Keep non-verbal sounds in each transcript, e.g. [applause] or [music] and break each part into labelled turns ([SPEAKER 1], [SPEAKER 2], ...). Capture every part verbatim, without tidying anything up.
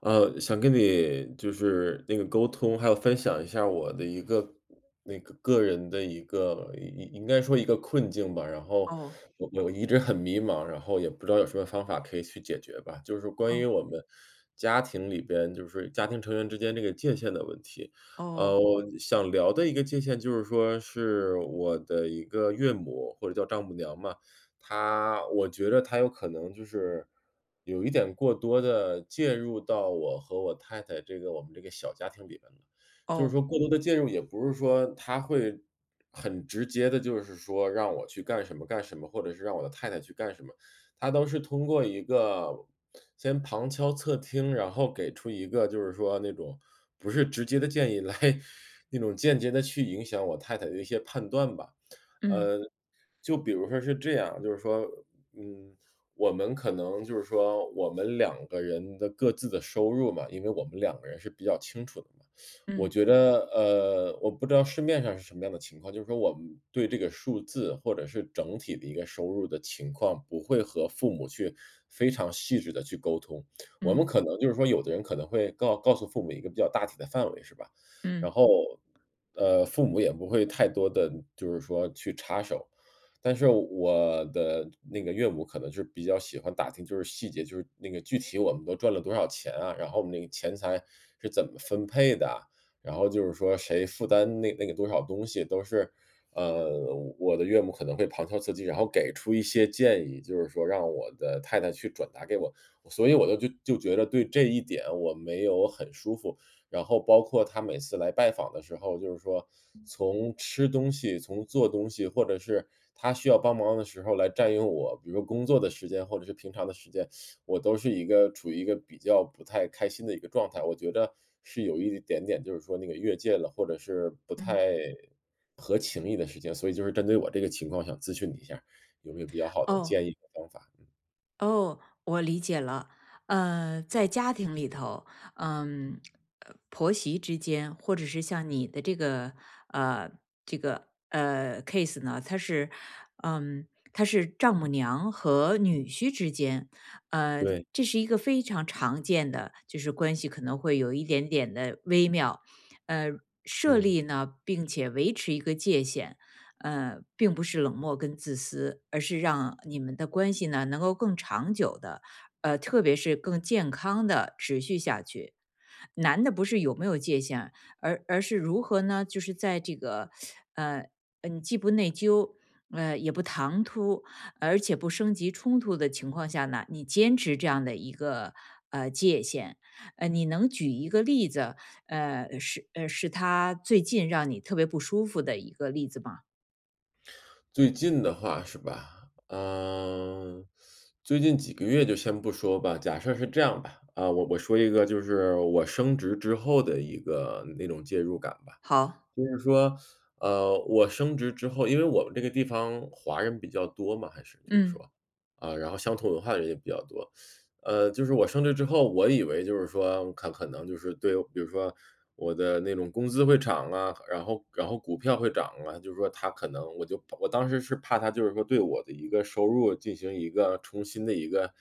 [SPEAKER 1] 呃，想跟你就是那个沟通，还有分享一下我的一个那个个人的一个应应该说一个困境吧。然后
[SPEAKER 2] 哦，
[SPEAKER 1] 我我一直很迷茫，然后也不知道有什么方法可以去解决吧。就是关于
[SPEAKER 2] 哦，
[SPEAKER 1] 我们家庭里边，就是家庭成员之间这个界限的问题。
[SPEAKER 2] 哦，
[SPEAKER 1] 呃，我想聊的一个界限就是说，是我的一个岳母或者叫丈母娘嘛，他我觉得他有可能就是有一点过多的介入到我和我太太这个我们这个小家庭里面了。就是
[SPEAKER 2] 哦，
[SPEAKER 1] 说过多的介入，也不是说他会很直接的，就是说让我去干什么干什么，或者是让我的太太去干什么，他都是通过一个先旁敲侧听，然后给出一个就是说那种不是直接的建议来 [laughs] 那种间接的去影响我太太的一些判断吧。
[SPEAKER 2] 嗯，
[SPEAKER 1] 呃就比如说是这样，就是说，嗯，我们可能就是说我们两个人的各自的收入嘛，因为我们两个人是比较清楚的嘛。我
[SPEAKER 2] 嗯，
[SPEAKER 1] 觉得，呃，我不知道市面上是什么样的情况，就是说我们对这个数字或者是整体的一个收入的情况，不会和父母去非常细致的去沟通。我
[SPEAKER 2] 嗯，
[SPEAKER 1] 们可能就是说有的人可能会告告诉父母一个比较大体的范围，是吧？
[SPEAKER 2] 嗯，
[SPEAKER 1] 然后，呃，父母也不会太多的就是说去插手。但是我的那个岳母可能是比较喜欢打听，就是细节，就是那个具体我们都赚了多少钱啊，然后我们那个钱财是怎么分配的啊，然后就是说谁负担那那个多少东西，都是，呃，我的岳母可能会旁敲侧击，然后给出一些建议，就是说让我的太太去转达给我，所以我就就就觉得对这一点我没有很舒服，然后包括他每次来拜访的时候，就是说从吃东西、从做东西，或者是他需要帮忙的时候来占用我，比如说工作的时间或者是平常的时间，我都是一个处于一个比较不太开心的一个状态。我觉得是有一点点就是说那个越界了，或者是不太
[SPEAKER 2] 嗯。
[SPEAKER 1] 合情意的事情，所以就是针对我这个情况想咨询你一下，有没有比较好的
[SPEAKER 2] 哦，
[SPEAKER 1] 建议和方法？嗯，
[SPEAKER 2] 哦，我理解了。呃，在家庭里头，嗯，呃婆媳之间，或者是像你的这个，呃，这个，呃，case 呢，它是，嗯，它是丈母娘和女婿之间，呃，
[SPEAKER 1] 对，
[SPEAKER 2] 这是一个非常常见的，就是关系可能会有一点点的微妙，呃，设
[SPEAKER 1] 嗯。
[SPEAKER 2] 立呢，并且维持一个界限。呃，并不是冷漠跟自私，而是让你们的关系呢能够更长久的，呃，特别是更健康的持续下去。难的不是有没有界限，而而是如何呢？就是在这个，呃，呃你既不内疚，呃，也不唐突，而且不升级冲突的情况下呢，你坚持这样的一个呃界限。呃，你能举一个例子，呃，是呃是他最近让你特别不舒服的一个例子吗？
[SPEAKER 1] 最近的话是吧？嗯，最近几个月就先不说吧，假设是这样吧，啊，我我说一个就是我升职之后的一个那种介入感吧。
[SPEAKER 2] 好。
[SPEAKER 1] 就是说，呃，我升职之后，因为我们这个地方华人比较多嘛，还是就是
[SPEAKER 2] 嗯，
[SPEAKER 1] 说，啊，然后相同文化的人也比较多，呃，就是我升职之后，我以为就是说可可能就是对，比如说我的那种工资会涨啊，然后然后股票会涨啊，就是说他可能，我就我当时是怕他就是说对我的一个收入进行一个重新的一个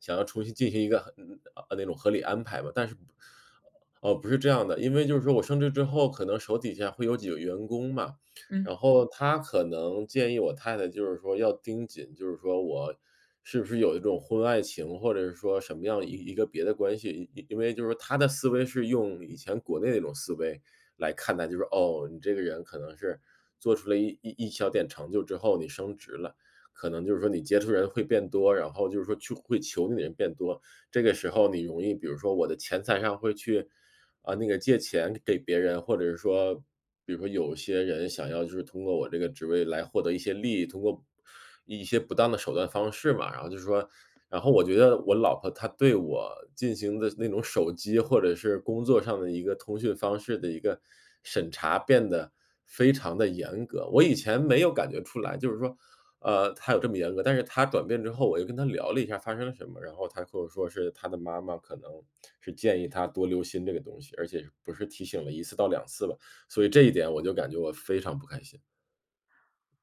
[SPEAKER 1] 想要重新进行一个很，呃，那种合理安排吧，但是不，哦，不是这样的，因为就是说我升职之后，可能手底下会有几个员工嘛，
[SPEAKER 2] 嗯。
[SPEAKER 1] 然后他可能建议我太太就是说要盯紧，就是说我是不是有一种婚外情，或者是说什么样一一个别的关系。因因为就是说他的思维是用以前国内那种思维来看待，就是哦，你这个人可能是做出了一一一小点成就之后，你升职了。可能就是说你接触人会变多，然后就是说去会求你的人变多，这个时候你容易，比如说我的钱财上会去，啊，那个借钱给别人，或者是说，比如说有些人想要就是通过我这个职位来获得一些利益，通过一些不当的手段方式嘛。然后就是说，然后我觉得我老婆她对我进行的那种手机或者是工作上的一个通讯方式的一个审查变得非常的严格。我以前没有感觉出来，就是说呃，他有这么严格，但是他转变之后，我又跟他聊了一下发生了什么，然后他跟我说是他的妈妈可能是建议他多留心这个东西，而且不是提醒了一次到两次吧，所以这一点我就感觉我非常不开心。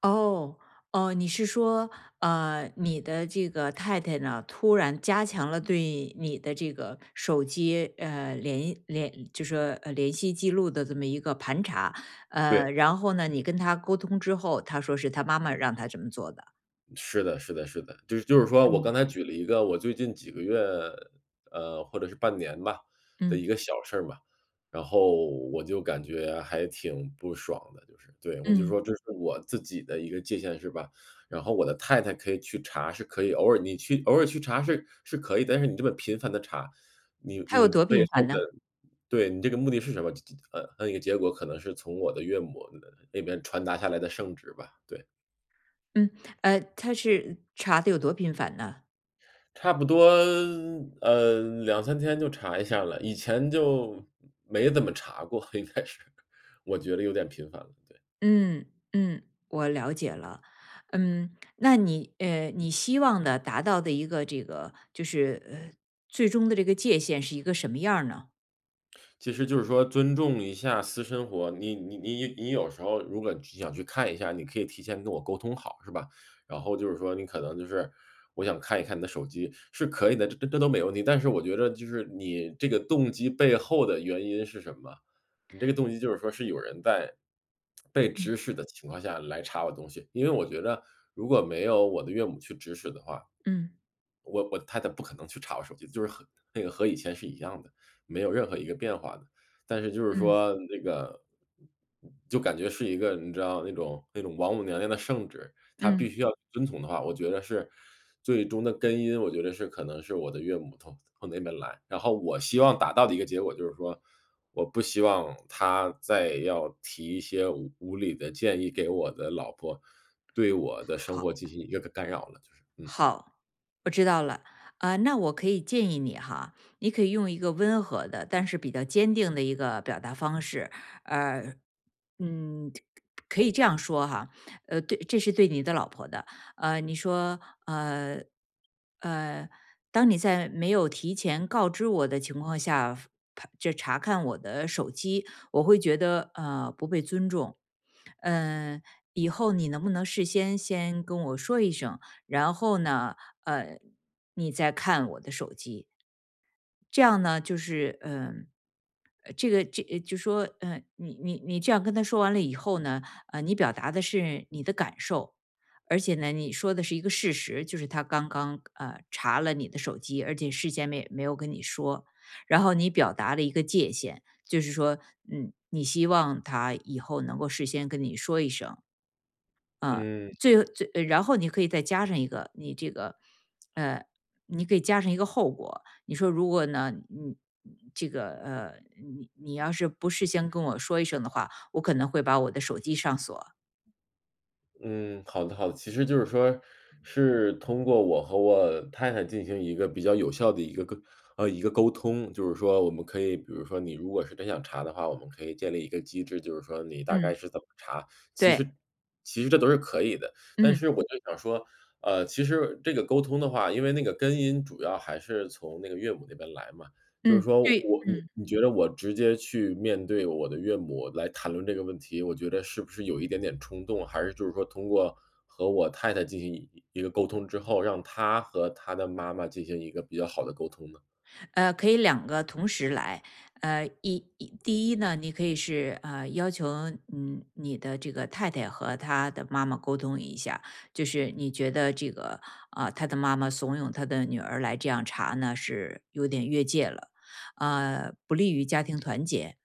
[SPEAKER 2] 哦，哦，你是说，呃，你的这个太太呢，突然加强了对你的这个手机，呃，联联就是说，呃，联系记录的这么一个盘查，呃，
[SPEAKER 1] 对。
[SPEAKER 2] 然后呢，你跟她沟通之后，她说是她妈妈让她这么做的。
[SPEAKER 1] 是的是的是的，就是就是说我刚
[SPEAKER 2] 嗯，
[SPEAKER 1] 才，嗯，举了一个我最近几个月，呃，或者是半年吧，的
[SPEAKER 2] 嗯，
[SPEAKER 1] 一个小事儿嘛，然后我就感觉还挺不爽的，就是对，我就
[SPEAKER 2] 嗯。
[SPEAKER 1] 说这是我自己的一个界限是吧？然后我的太太可以去查是可以，偶尔你去偶尔去查是是可以，但是你这么频繁的查，你
[SPEAKER 2] 她有
[SPEAKER 1] 你
[SPEAKER 2] 多
[SPEAKER 1] 背
[SPEAKER 2] 频
[SPEAKER 1] 后
[SPEAKER 2] 繁
[SPEAKER 1] 的，
[SPEAKER 2] 呢？
[SPEAKER 1] 对，你这个目的是什么？呃，那一个结果可能是从我的岳母那边传达下来的圣旨吧，对。
[SPEAKER 2] 嗯，呃，她是查的有多频繁呢？
[SPEAKER 1] 差不多，呃两三天就查一下了，以前就没怎么查过，应该是，我觉得有点频繁了。对。
[SPEAKER 2] 嗯嗯，我了解了。嗯，那你呃，你希望的达到的一个这个就是呃，最终的这个界限是一个什么样儿呢？
[SPEAKER 1] 其实就是说尊重一下私生活，你你你你有时候如果想去看一下，你可以提前跟我沟通好，是吧？然后就是说你可能就是我想看一看你的手机是可以的，这这这都没问题。但是我觉得就是你这个动机背后的原因是什么？你这个动机就是说是有人在被指
[SPEAKER 2] 嗯
[SPEAKER 1] 使的情况下来查我东西，因为我觉得如果没有我的岳母去指使的话，
[SPEAKER 2] 嗯
[SPEAKER 1] 我我太太不可能去查我手机，就是和那个和以前是一样的。没有任何一个变化的。但是就是
[SPEAKER 2] 嗯
[SPEAKER 1] 说那个就感觉是一个你知道那种那种王母娘娘的圣旨，她必
[SPEAKER 2] 嗯，
[SPEAKER 1] 须要遵从的话，我觉得是最终的根因，我觉得是可能是我的岳母从从那边来。然后我希望达到的一个结果就是说，我不希望她再要提一些无无理的建议给我的老婆，对我的生
[SPEAKER 2] 好。
[SPEAKER 1] 活进行一个干扰了，就是，嗯。
[SPEAKER 2] 好，我知道了。啊，那我可以建议你哈，你可以用一个温和的，但是比较坚定的一个表达方式，呃，嗯，可以这样说哈，呃，对，这是对你的老婆的，呃，你说，呃，呃，当你在没有提前告知我的情况下，这查看我的手机，我会觉得呃不被尊重，嗯、以后你能不能事先先跟我说一声？然后呢，呃，你再看我的手机，这样呢，就是嗯、呃，这个这就说，嗯、你你你这样跟他说完了以后呢，呃，你表达的是你的感受，而且呢，你说的是一个事实，就是他刚刚呃查了你的手机，而且事先没没有跟你说，然后你表达了一个界限，就是说，嗯，你希望他以后能够事先跟你说一声，
[SPEAKER 1] 嗯。
[SPEAKER 2] 最最呃然后你可以再加上一个你这个，呃，你可以加上一个后果。你说如果呢，你这个呃，你你要是不事先跟我说一声的话，我可能会把我的手机上锁。
[SPEAKER 1] 嗯，好的好的。其实就是说，是通过我和我太太进行一个比较有效的一个沟，呃，一个沟通。就是说我们可以比如说你如果是真想查的话，我们可以建立一个机制，就是说你大概
[SPEAKER 2] 嗯。
[SPEAKER 1] 是怎么查，其
[SPEAKER 2] 对，
[SPEAKER 1] 实其实这都是可以的。但
[SPEAKER 2] 嗯
[SPEAKER 1] 是我就想说，呃，其实这个沟通的话，因为那个根音主要还是从那个岳母那边来嘛。就是
[SPEAKER 2] 嗯，
[SPEAKER 1] 说，
[SPEAKER 2] 对
[SPEAKER 1] 我你你觉得我直接去面对我的岳母来谈论这个问题，我觉得是不是有一点点冲动？还是就是说通过和我太太进行一一个沟通之后，让她和她的妈妈进行一个比较好的沟通呢？
[SPEAKER 2] 呃，可以两个同时来。呃，一一第一呢，你可以是呃要求嗯你的这个太太和她的妈妈沟通一下，就是你觉得这个啊、她的妈妈怂恿她的女儿来这样查呢，是有点越界了，呃，不利于家庭团结。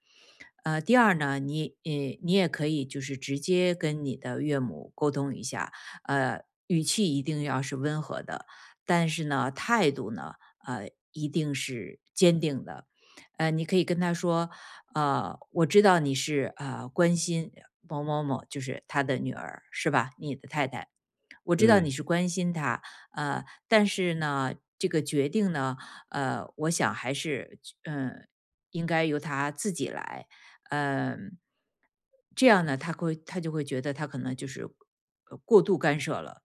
[SPEAKER 2] 呃，第二呢，你呃，你也可以就是直接跟你的岳母沟通一下，呃，语气一定要是温和的，但是呢，态度呢，呃，一定是坚定的。呃，你可以跟他说，呃，我知道你是呃关心某某某，就是他的女儿是吧？你的太太，我知道你
[SPEAKER 1] 嗯，
[SPEAKER 2] 是关心她，呃，但是呢，这个决定呢，呃，我想还是嗯、呃应该由她自己来。嗯，这样呢，他会他就会觉得他可能就是呃过度干涉了。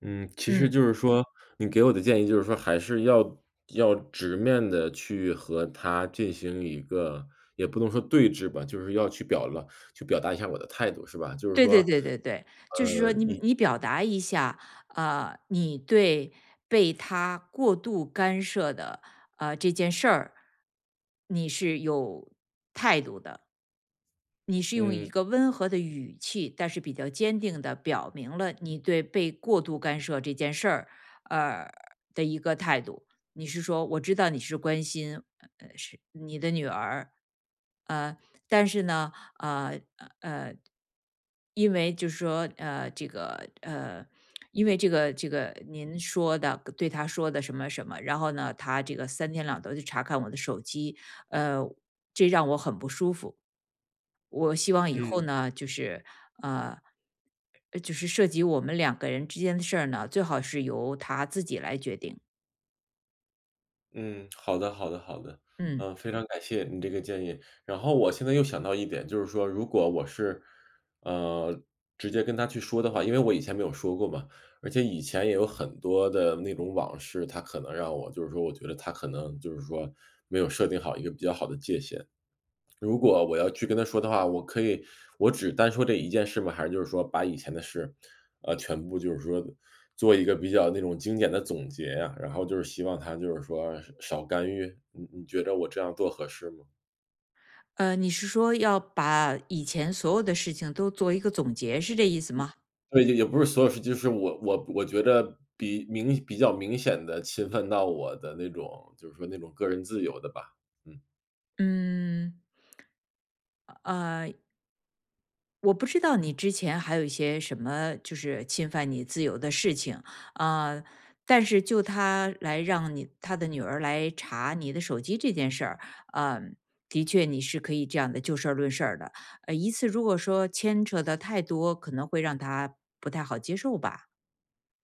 [SPEAKER 1] 嗯，其实
[SPEAKER 2] 嗯，
[SPEAKER 1] 就是说，你给我的建议就是说，还是要要直面的去和她进行一个也不能说对峙吧，就是要去表了，去表达一下我的态度，是吧？就是
[SPEAKER 2] 对
[SPEAKER 1] 说，
[SPEAKER 2] 对对对对，就是说
[SPEAKER 1] 呃，
[SPEAKER 2] 你
[SPEAKER 1] 你
[SPEAKER 2] 你表达一下，呃，你对被他过度干涉的呃这件事儿，你是有态度的。你是用
[SPEAKER 1] 嗯。
[SPEAKER 2] 一个温和的语气，但是比较坚定的表明了你对被过度干涉这件事儿，呃的一个态度。你是说，我知道你是关心，呃，是你的女儿，呃，但是呢，呃呃，因为就是说，呃，这个呃，因为这个这个您说的对他说的什么什么，然后呢，他这个三天两头就查看我的手机，呃，这让我很不舒服。我希望以后呢，就是呃，呃就是涉及我们两个人之间的事儿呢，最好是由他自己来决定。
[SPEAKER 1] 嗯，好的好的好的，
[SPEAKER 2] 嗯，
[SPEAKER 1] 嗯，非嗯常感谢你这个建议。然后我现在又想到一点，就是说如果我是，呃，直接跟他去说的话，因为我以前没有说过嘛，而且以前也有很多的那种往事，他可能让我就是说我觉得他可能就是说没有设定好一个比较好的界限。如果我要去跟他说的话，我可以，我只单说这一件事吗？还是就是说把以前的事，呃，全部就是说做一个比较那种精简的总结呀，然后就是希望他就是说少干预，你你觉得我这样做合适吗？
[SPEAKER 2] 呃，你是说要把以前所有的事情都做一个总结，是这意思吗？
[SPEAKER 1] 对，也也不是所有事，就是我我我觉得比明比较明显的侵犯到我的那种，就是说那种个人自由的吧，嗯，
[SPEAKER 2] 嗯，呃，我不知道你之前还有一些什么就是侵犯你自由的事情，啊，呃但是就他来让你他的女儿来查你的手机这件事儿，嗯，的确你是可以这样的就事儿论事儿的。呃，一次如果说牵扯的太多，可能会让他不太好接受吧。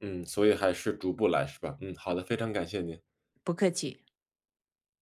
[SPEAKER 1] 嗯，所以还是逐步来是吧？嗯，好的，非常感谢您。
[SPEAKER 2] 不客气。